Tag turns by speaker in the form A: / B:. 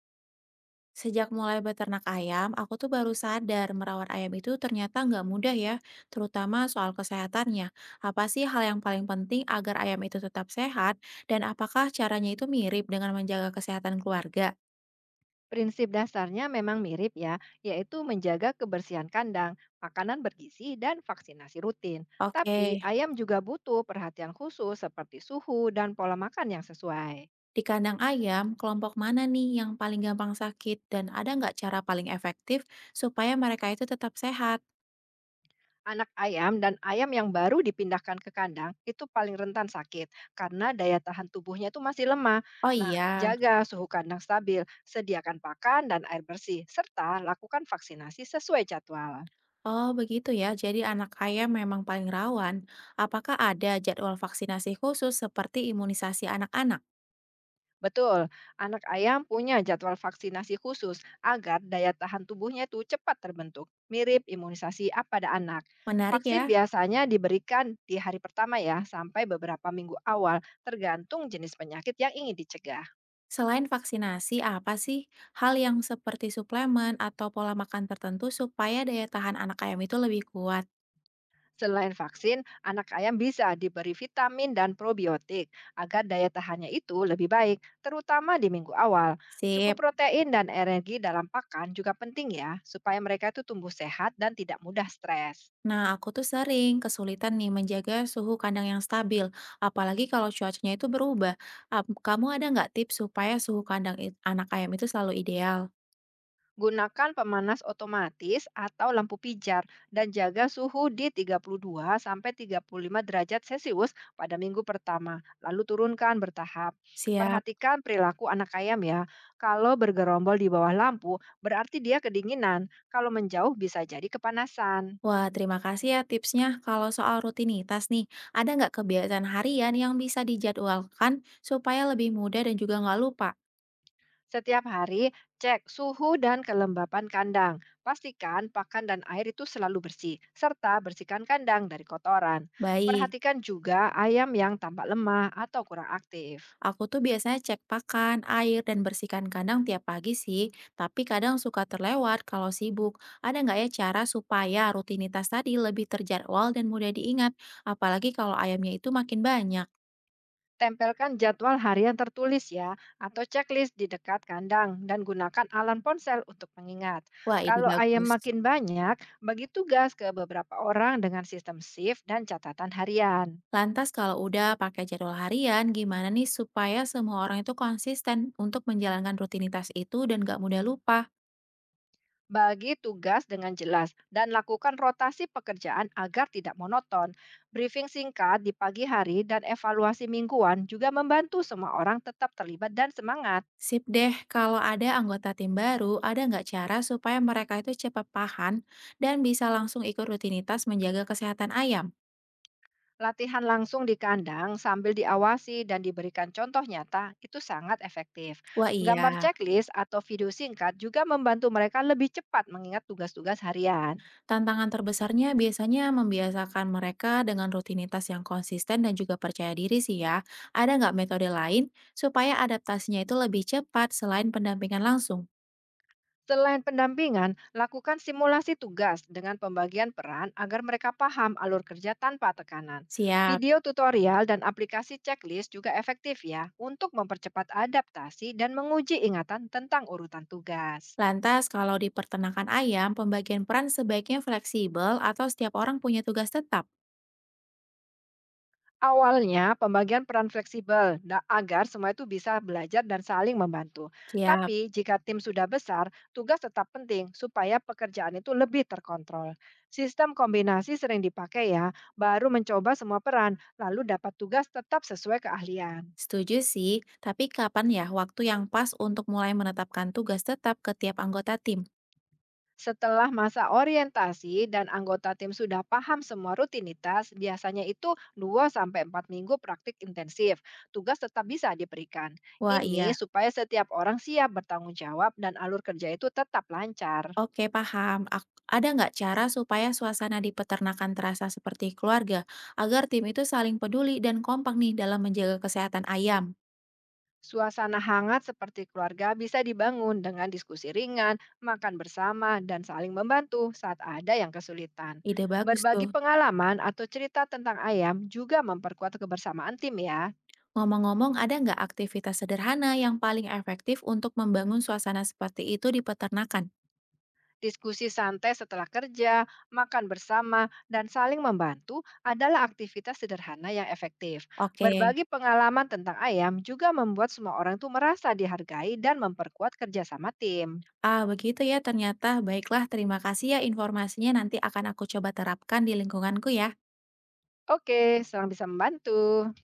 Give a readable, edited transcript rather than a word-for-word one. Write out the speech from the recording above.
A: Sejak mulai beternak ayam, aku tuh baru sadar merawat ayam itu ternyata nggak mudah ya, terutama soal kesehatannya. Apa sih hal yang paling penting agar ayam itu tetap sehat, dan apakah caranya itu mirip dengan menjaga kesehatan keluarga?
B: Prinsip dasarnya memang mirip ya, yaitu menjaga kebersihan kandang, makanan bergizi, dan vaksinasi rutin.
A: Oke,
B: Tapi ayam juga butuh perhatian khusus seperti suhu dan pola makan yang sesuai.
A: di kandang ayam, kelompok mana nih yang paling gampang sakit, dan ada nggak cara paling efektif supaya mereka itu tetap sehat?
B: Anak ayam dan ayam yang baru dipindahkan ke kandang itu paling rentan sakit karena daya tahan tubuhnya itu masih lemah.
A: Oh
B: Nah,
A: iya.
B: jaga suhu kandang stabil, sediakan pakan dan air bersih, serta lakukan vaksinasi sesuai jadwal.
A: Oh, begitu ya. Jadi anak ayam memang paling rawan. Apakah ada jadwal vaksinasi khusus seperti imunisasi anak-anak?
B: Betul, anak ayam punya jadwal vaksinasi khusus agar daya tahan tubuhnya itu cepat terbentuk, mirip imunisasi A pada anak.
A: Menarik
B: Vaksin
A: ya.
B: biasanya diberikan di hari pertama ya, sampai beberapa minggu awal, tergantung jenis penyakit yang ingin dicegah.
A: Selain vaksinasi, apa sih hal yang seperti suplemen atau pola makan tertentu supaya daya tahan anak ayam itu lebih kuat?
B: Selain vaksin, anak ayam bisa diberi vitamin dan probiotik agar daya tahannya itu lebih baik, terutama di minggu awal. Cukup
A: Sip.
B: protein dan energi dalam pakan juga penting ya, supaya mereka itu tumbuh sehat dan tidak mudah stres.
A: Nah, aku tuh sering kesulitan nih menjaga suhu kandang yang stabil, apalagi kalau cuacanya itu berubah. Kamu ada nggak tips supaya suhu kandang anak ayam itu selalu ideal?
B: Gunakan pemanas otomatis atau lampu pijar dan jaga suhu di 32 sampai 35 derajat Celcius pada minggu pertama, lalu turunkan bertahap.
A: Siap.
B: Perhatikan perilaku anak ayam ya. Kalau bergerombol di bawah lampu, berarti dia kedinginan. Kalau menjauh bisa jadi kepanasan.
A: Wah, terima kasih ya tipsnya. Kalau soal rutinitas nih, ada nggak kebiasaan harian yang bisa dijadwalkan supaya lebih mudah dan juga nggak lupa?
B: Setiap hari, cek suhu dan kelembapan kandang. Pastikan pakan dan air itu selalu bersih, serta bersihkan kandang dari kotoran.
A: Baik,
B: Perhatikan juga ayam yang tampak lemah atau kurang aktif.
A: aku tuh biasanya cek pakan, air, dan bersihkan kandang tiap pagi sih, tapi kadang suka terlewat kalau sibuk. Ada nggak ya cara supaya rutinitas tadi lebih terjadwal dan mudah diingat, apalagi kalau ayamnya itu makin banyak?
B: Tempelkan jadwal harian tertulis ya, atau checklist di dekat kandang dan gunakan alarm ponsel untuk pengingat.
A: Wah, ide
B: Kalau ayam
A: bagus.
B: makin banyak, bagi tugas ke beberapa orang dengan sistem shift dan catatan harian.
A: Lantas kalau udah pakai jadwal harian, gimana nih supaya semua orang itu konsisten untuk menjalankan rutinitas itu dan gak mudah lupa?
B: Bagi tugas dengan jelas dan lakukan rotasi pekerjaan agar tidak monoton. Briefing singkat di pagi hari dan evaluasi mingguan juga membantu semua orang tetap terlibat dan semangat.
A: Sip deh, kalau ada anggota tim baru, ada nggak cara supaya mereka itu cepat paham dan bisa langsung ikut rutinitas menjaga kesehatan ayam?
B: Latihan langsung di kandang sambil diawasi dan diberikan contoh nyata itu sangat efektif.
A: Wah iya,
B: Gambar checklist atau video singkat juga membantu mereka lebih cepat mengingat tugas-tugas harian.
A: tantangan terbesarnya biasanya membiasakan mereka dengan rutinitas yang konsisten dan juga percaya diri sih ya. Ada nggak metode lain supaya adaptasinya itu lebih cepat selain pendampingan langsung?
B: Selain pendampingan, lakukan simulasi tugas dengan pembagian peran agar mereka paham alur kerja tanpa tekanan.
A: Siap.
B: Video tutorial dan aplikasi checklist juga efektif ya untuk mempercepat adaptasi dan menguji ingatan tentang urutan tugas.
A: Lantas, kalau di peternakan ayam, pembagian peran sebaiknya fleksibel atau setiap orang punya tugas tetap?
B: Awalnya, pembagian peran fleksibel agar semua itu bisa belajar dan saling membantu.
A: Siap.
B: Tapi, jika tim sudah besar, tugas tetap penting supaya pekerjaan itu lebih terkontrol. Sistem kombinasi sering dipakai ya, baru mencoba semua peran, lalu dapat tugas tetap sesuai keahlian.
A: Setuju sih, tapi kapan ya waktu yang pas untuk mulai menetapkan tugas tetap ke tiap anggota tim?
B: Setelah masa orientasi dan anggota tim sudah paham semua rutinitas, biasanya itu 2 sampai 4 minggu praktik intensif. Tugas tetap bisa diberikan.
A: Wah
B: Ini
A: iya,
B: supaya setiap orang siap bertanggung jawab dan alur kerja itu tetap lancar.
A: oke paham. Ada nggak cara supaya suasana di peternakan terasa seperti keluarga, agar tim itu saling peduli dan kompak nih dalam menjaga kesehatan ayam?
B: Suasana hangat seperti keluarga bisa dibangun dengan diskusi ringan, makan bersama, dan saling membantu saat ada yang kesulitan.
A: Ide bagus
B: Berbagi
A: tuh.
B: pengalaman atau cerita tentang ayam juga memperkuat kebersamaan tim ya.
A: Ngomong-ngomong, ada nggak aktivitas sederhana yang paling efektif untuk membangun suasana seperti itu di peternakan?
B: Diskusi santai setelah kerja, makan bersama, dan saling membantu adalah aktivitas sederhana yang efektif.
A: Oke.
B: Berbagi pengalaman tentang ayam juga membuat semua orang tuh merasa dihargai dan memperkuat kerjasama tim.
A: Ah, begitu ya ternyata. Baiklah, terima kasih ya informasinya. Nanti akan aku coba terapkan di lingkunganku ya.
B: Oke, senang bisa membantu.